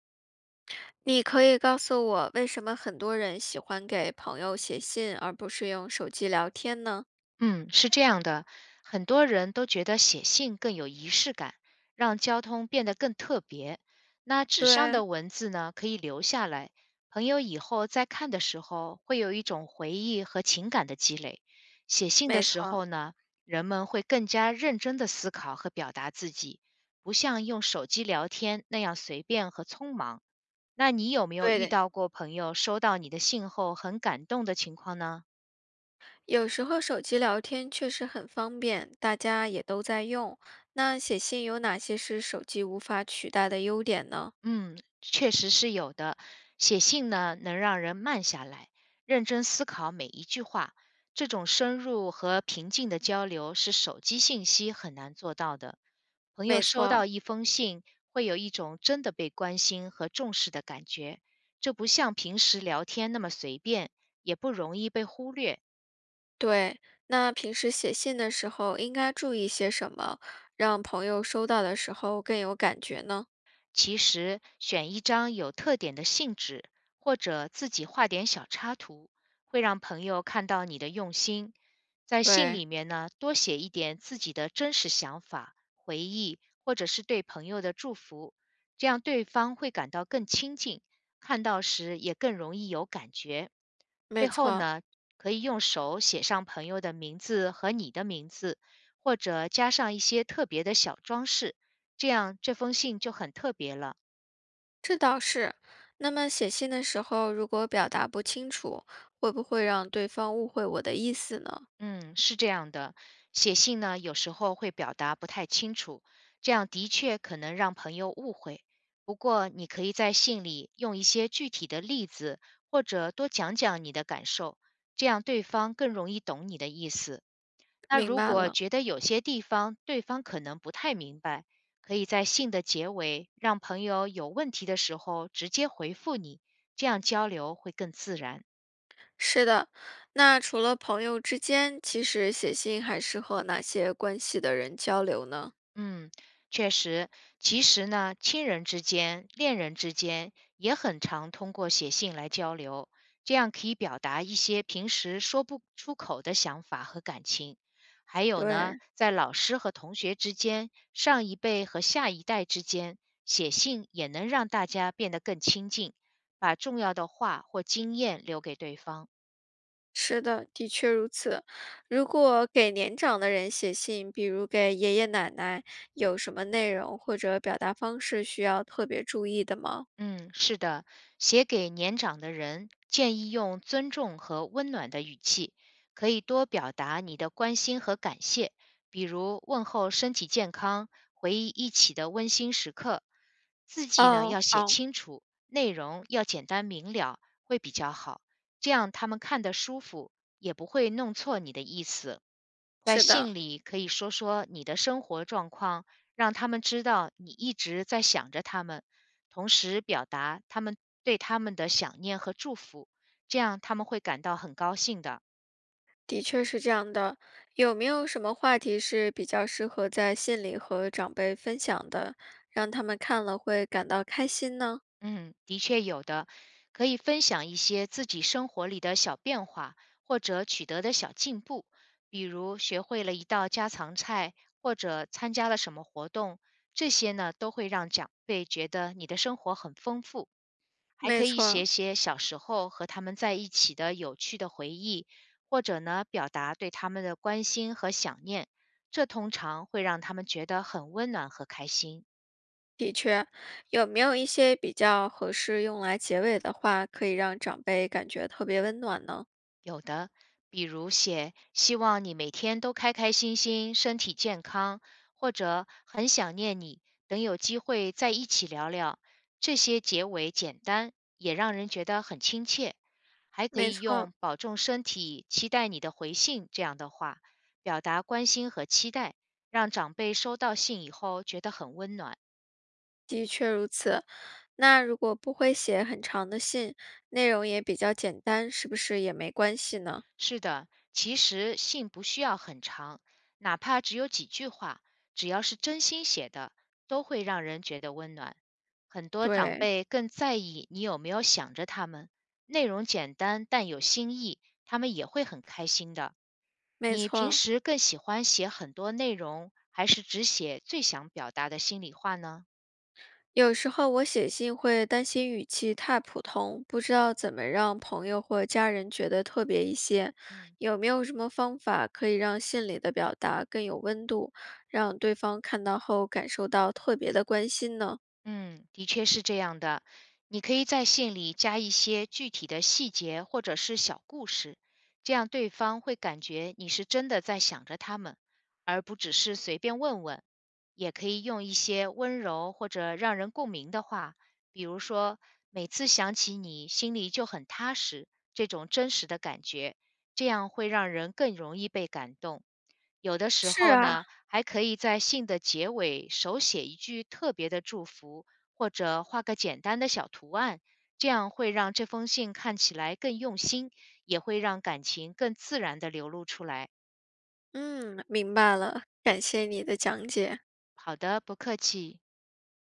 你可以告诉我，为什么很多人喜欢给朋友写信，而不是用手机聊天呢？嗯，是这样的，很多人都觉得写信更有仪式感，让交通变得更特别。那纸上的对，文字呢，可以留下来，朋友以后再看的时候，会有一种回忆和情感的积累。写信的没时错，候呢，人们会更加认真的思考和表达自己，不像用手机聊天那样随便和匆忙。那你有没有对遇的。到过朋友收到你的信后很感动的情况呢？有时候手机聊天确实很方便，大家也都在用。那写信有哪些是手机无法取代的优点呢？嗯，确实是有的。写信呢，能让人慢下来，认真思考每一句话。这种深入和平静的交流是手机信息很难做到的。朋友没收到错，一封信，会有一种真的被关心和重视的感觉，这不像平时聊天那么随便，也不容易被忽略。对。那平时写信的时候应该注意些什么，让朋友收到的时候更有感觉呢？其实选一张有特点的信纸，或者自己画点小插图，会让朋友看到你的用心。在信里对，面呢，多写一点自己的真实想法、回忆，或者是对朋友的祝福，这样对方会感到更亲近，看到时也更容易有感觉。没最后错。呢，可以用手写上朋友的名字和你的名字，或者加上一些特别的小装饰。这样这封信就很特别了。这倒是。那么写信的时候，如果表达不清楚，会不会让对方误会我的意思呢？嗯，是这样的，写信呢有时候会表达不太清楚，这样的确可能让朋友误会。不过你可以在信里用一些具体的例子，或者多讲讲你的感受，这样对方更容易懂你的意思。那明如白果了，觉得有些地方对方可能不太明白，可以在信的结尾让朋友有问题的时候直接回复你，这样交流会更自然。是的。那除了朋友之间，其实写信还是和哪些关系的人交流呢？嗯，确实，其实呢，亲人之间、恋人之间也很常通过写信来交流，这样可以表达一些平时说不出口的想法和感情。还有呢，对，在老师和同学之间、上一辈和下一代之间，写信也能让大家变得更亲近，把重要的话或经验留给对方。是的，的确如此。如果给年长的人写信，比如给爷爷奶奶，有什么内容或者表达方式需要特别注意的吗？嗯，是的，写给年长的人，建议用尊重和温暖的语气，可以多表达你的关心和感谢，比如问候身体健康，回忆一起的温馨时刻。字迹呢哦，要写好，清楚，内容要简单明了，会比较好，这样他们看得舒服，也不会弄错你的意思。在是信的。里可以说说你的生活状况，让他们知道你一直在想着他们，同时表达他们对他们的想念和祝福，这样他们会感到很高兴的。的确是这样的，有没有什么话题是比较适合在信里和长辈分享的，让他们看了会感到开心呢？嗯，的确有的，可以分享一些自己生活里的小变化或者取得的小进步，比如学会了一道家常菜，或者参加了什么活动，这些呢都会让长辈觉得你的生活很丰富。还没可以写错，写小时候和他们在一起的有趣的回忆，或者呢，表达对他们的关心和想念，这通常会让他们觉得很温暖和开心。的确，有没有一些比较合适用来结尾的话，可以让长辈感觉特别温暖呢？有的，比如写“希望你每天都开开心心，身体健康”，或者“很想念你”，等有机会在一起聊聊。这些结尾简单，也让人觉得很亲切。还可没以错，用“保重身体，期待你的回信”这样的话，表达关心和期待，让长辈收到信以后觉得很温暖。的确如此。那如果不会写很长的信，内容也比较简单，是不是也没关系呢？是的，其实信不需要很长，哪怕只有几句话，只要是真心写的，都会让人觉得温暖。很多长对，辈更在意你有没有想着他们，内容简单但有新意，他们也会很开心的。没你平错。时更喜欢写很多内容，还是只写最想表达的心里话呢？有时候我写信会担心语气太普通，不知道怎么让朋友或家人觉得特别一些。嗯。有没有什么方法可以让信里的表达更有温度，让对方看到后感受到特别的关心呢？嗯，的确是这样的。你可以在信里加一些具体的细节或者是小故事，这样对方会感觉你是真的在想着他们，而不只是随便问问。也可以用一些温柔或者让人共鸣的话，比如说“每次想起你，心里就很踏实”这种真实的感觉，这样会让人更容易被感动。有的时是候啊，呢，还可以在信的结尾手写一句特别的祝福，或者画个简单的小图案，这样会让这封信看起来更用心，也会让感情更自然的流露出来。嗯，明白了，感谢你的讲解。好的，不客气。